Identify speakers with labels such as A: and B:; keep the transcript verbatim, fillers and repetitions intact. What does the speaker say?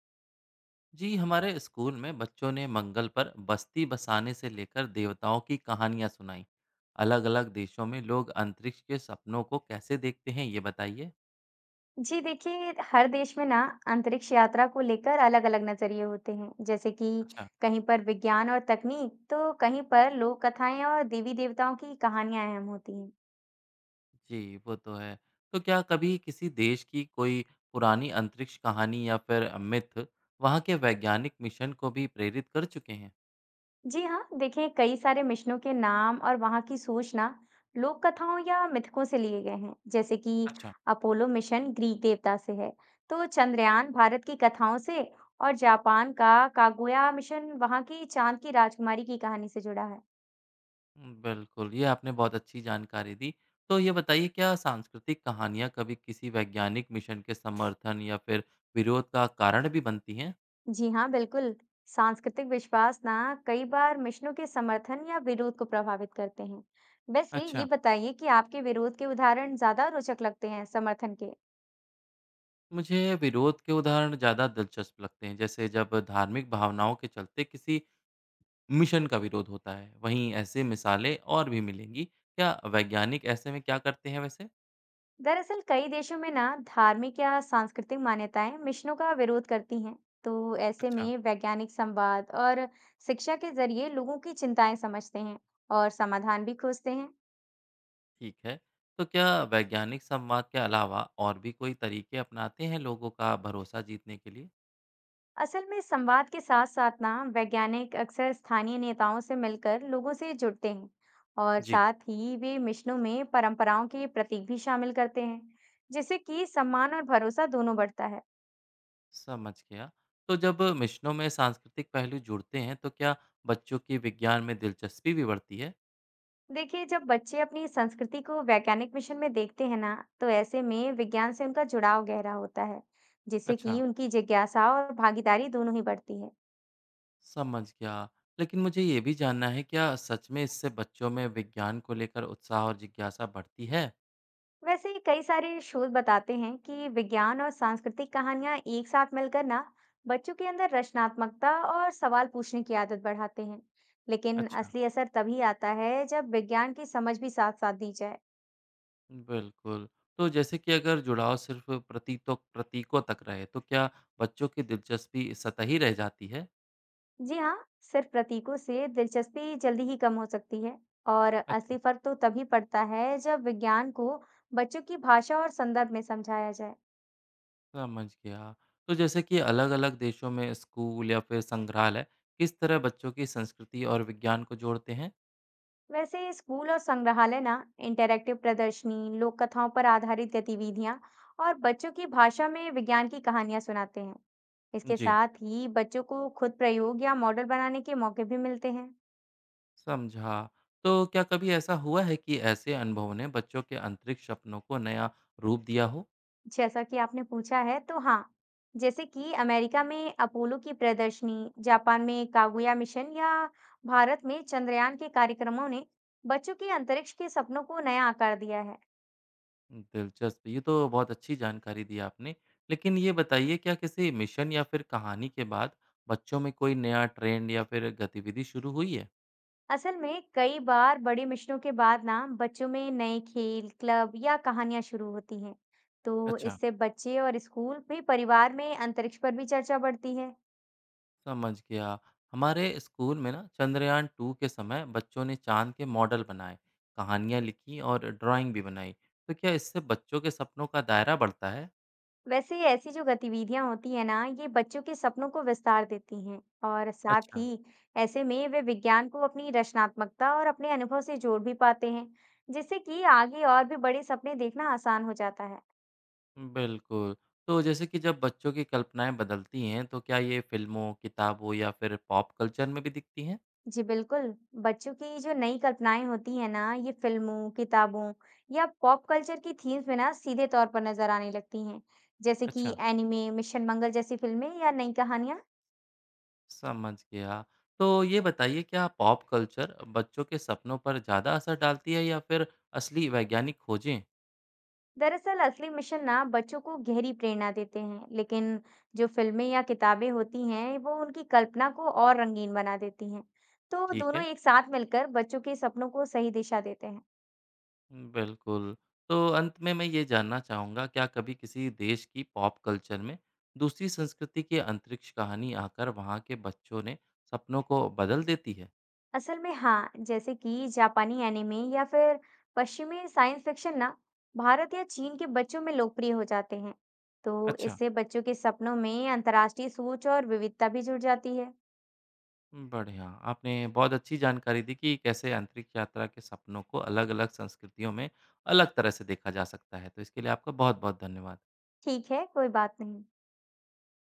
A: जी हमारे स्कूल में बच्चों ने मंगल पर बस्ती बसाने से लेकर देवताओं की कहानियां सुनाई। अलग अलग देशों में लोग अंतरिक्ष के सपनों को कैसे देखते हैं, ये बताइए।
B: जी देखिए, हर देश में ना अंतरिक्ष यात्रा को लेकर अलग-अलग नजरिए होते हैं। जैसे कि
A: अच्छा।
B: कहीं पर विज्ञान और तकनीक, तो कहीं पर लोक कथाएं और देवी देवताओं की कहानियां अहम होती हैं।
A: जी वो तो है। तो क्या कभी किसी देश की कोई पुरानी अंतरिक्ष कहानी या फिर मिथ वहाँ के वैज्ञानिक मिशन को भी प्रेरित कर चुके हैं?
B: जी हाँ, देखिए, कई सारे मिशनों के नाम और वहां की सूचना लोक कथाओं या मिथकों से लिए गए हैं। जैसे कि
A: अच्छा।
B: अपोलो मिशन ग्रीक देवता से है, तो चंद्रयान भारत की कथाओं से, और जापान का कागुया मिशन वहां की चांद की राजकुमारी की कहानी से जुड़ा है।
A: हुँ, बिल्कुल, ये आपने बहुत अच्छी जानकारी दी। तो ये बताइए, क्या सांस्कृतिक कहानियाँ कभी किसी वैज्ञानिक मिशन के समर्थन या फिर विरोध का कारण भी बनती हैं?
B: जी हाँ, बिल्कुल। सांस्कृतिक विश्वास ना कई बार मिशनों के समर्थन या विरोध को प्रभावित करते हैं। वैसे ये
A: अच्छा।
B: बताइए कि आपके विरोध के उदाहरण ज्यादा रोचक लगते हैं समर्थन के।
A: मुझे विरोध के उदाहरण ज़्यादा दिलचस्प लगते हैं, जैसे जब धार्मिक भावनाओं के चलते किसी मिशन का विरोध होता है। वहीं ऐसे मिसालें और भी मिलेंगी। क्या वैज्ञानिक ऐसे में क्या करते हैं वैसे?
B: दरअसल कई देशों में ना धार्मिक या सांस्कृतिक मान्यताएं मिशनों का विरोध करती हैं, तो ऐसे
A: अच्छा।
B: में वैज्ञानिक संवाद और शिक्षा के जरिए लोगों की चिंताएं समझते हैं और समाधान भी खोजते हैं।
A: ठीक है। तो क्या वैज्ञानिक संवाद के अलावा और भी कोई तरीके अपनाते हैं लोगों का भरोसा जीतने के लिए?
B: असल में संवाद के साथ साथ ना वैज्ञानिक अक्सर स्थानीय नेताओं से मिलकर लोगों से जुड़ते हैं, और
A: जी।
B: साथ ही वे मिशनों में परंपराओं के प्रतीक भी शामिल करते हैं, जिससे कि सम्मान और भरोसा दोनों बढ़ता है।
A: समझ गया। तो जब मिशनों में सांस्कृतिक पहलू जुड़ते हैं, तो क्या बच्चों की विज्ञान में दिलचस्पी भी बढ़ती है?
B: देखिए, जब बच्चे अपनी संस्कृति को वैज्ञानिक मिशन में देखते हैं ना, तो ऐसे में विज्ञान से उनका जुड़ाव गहरा होता है, जिससे
A: अच्छा,
B: कि उनकी जिज्ञासा और भागीदारी दोनों ही बढ़ती है।
A: समझ गया। लेकिन मुझे ये भी जानना है, क्या सच में इससे बच्चों में विज्ञान को लेकर उत्साह और जिज्ञासा बढ़ती है?
B: वैसे ही कई सारे शोध बताते हैं कि विज्ञान और सांस्कृतिक कहानियां एक साथ मिलकर ना बच्चों के अंदर रचनात्मकता और सवाल पूछने की आदत बढ़ाते हैं। लेकिन
A: अच्छा,
B: असली असर तभी आता है जब विज्ञान की समझ भी साथ साथ दी जाए।
A: बिल्कुल। तो जैसे कि अगर जुड़ाव सिर्फ प्रतीतों प्रतीकों तक रहे, तो क्या बच्चों की दिलचस्पी सतही रह जाती है?
B: जी हाँ, सिर्फ प्रतीकों से दिलचस्पी जल्दी ही कम हो सकती है, और
A: अच्छा।
B: असली फर्क तो तभी पड़ता है जब विज्ञान को बच्चों की भाषा और संदर्भ में समझाया जाए।
A: समझ गया। तो जैसे कि अलग-अलग देशों में स्कूल या फिर संग्रहालय किस तरह बच्चों की संस्कृति और विज्ञान को जोड़ते हैं?
B: वैसे स्कूल और संग्रहालय ना इंटरैक्टिव प्रदर्शनी, लोक कथाओं पर आधारित गतिविधियां और बच्चों की भाषा में विज्ञान की कहानियां सुनाते हैं। इसके
A: जी,
B: साथ ही बच्चों को खुद प्रयोग या मॉडल बनाने के मौके भी मिलते हैं।
A: समझा। तो क्या कभी ऐसा हुआ है कि ऐसे अनुभवों ने बच्चों के अंतरिक्ष सपनों को नया रूप दिया हो?
B: जैसा कि आपने पूछा है, तो हाँ, जैसे कि अमेरिका में अपोलो की प्रदर्शनी, जापान में कागुया मिशन या भारत में चंद्रयान के कार्यक्रमों ने बच्चों के अंतरिक्ष के सपनों को नया आकार दिया है।
A: दिलचस्प, ये तो बहुत अच्छी जानकारी दी आपने। लेकिन ये बताइए, क्या किसी मिशन या फिर कहानी के बाद बच्चों में कोई नया ट्रेंड या फिर गतिविधि शुरू हुई है?
B: असल में कई बार बड़ी मिशनों के बाद ना बच्चों में नए खेल, क्लब या कहानियां शुरू होती हैं। तो
A: अच्छा।
B: इससे बच्चे और स्कूल भी परिवार में अंतरिक्ष पर भी चर्चा बढ़ती है।
A: समझ गया। हमारे स्कूल में ना चंद्रयान टू के समय बच्चों ने चांद के मॉडल बनाए, कहानियाँ लिखी और ड्राइंग भी बनाई। तो क्या इससे बच्चों के सपनों का दायरा बढ़ता है?
B: वैसे ये ऐसी जो गतिविधियां होती है ना, ये बच्चों के सपनों को विस्तार देती हैं, और साथ
A: अच्छा,
B: ही ऐसे में वे विज्ञान को अपनी रचनात्मकता और अपने अनुभव से जोड़ भी पाते हैं, जिससे कि आगे और भी बड़े सपने देखना आसान हो जाता है।
A: बिल्कुल। तो जैसे कि जब बच्चों की कल्पनाएं बदलती हैं, तो क्या ये फिल्मों, किताबों या फिर पॉप कल्चर में भी दिखती हैं?
B: जी बिल्कुल, बच्चों की जो नई कल्पनाएं होती है ना ये फिल्मों किताबों या पॉप कल्चर की थीम्स में ना सीधे तौर पर नजर आने लगती हैं। जैसे कि
A: अच्छा,
B: एनिमे मिशन मंगल जैसी फिल्में या नई कहानियां।
A: समझ गया। तो ये बताइए, क्या पॉप कल्चर बच्चों के सपनों पर ज़्यादा असर डालती है या फिर असली वैज्ञानिक खोजें?
B: दरअसल असली मिशन ना बच्चों को गहरी प्रेरणा देते हैं, लेकिन जो फिल्में या किताबें होती हैं वो उनकी कल्पना को और रंगीन बना देती हैं। तो
A: ठीक
B: दोनों
A: है,
B: एक साथ मिलकर बच्चों के सपनों को सही दिशा देते हैं।
A: बिल्कुल। तो अंत में मैं ये जानना चाहूँगा, क्या कभी किसी देश की पॉप कल्चर में दूसरी संस्कृति की अंतरिक्ष कहानी आकर वहाँ के बच्चों ने सपनों को बदल देती है?
B: असल में हाँ, जैसे कि जापानी एनिमे या फिर पश्चिमी साइंस फिक्शन ना भारत या चीन के बच्चों में लोकप्रिय हो जाते हैं, तो
A: अच्छा।
B: इससे बच्चों के सपनों में अंतर्राष्ट्रीय सोच और विविधता भी जुड़ जाती है।
A: बढ़िया, आपने बहुत अच्छी जानकारी दी कि कैसे अंतरिक्ष यात्रा के सपनों को अलग-अलग संस्कृतियों में अलग तरह से देखा जा सकता है। तो इसके लिए आपका बहुत-बहुत धन्यवाद।
B: ठीक है, कोई बात नहीं।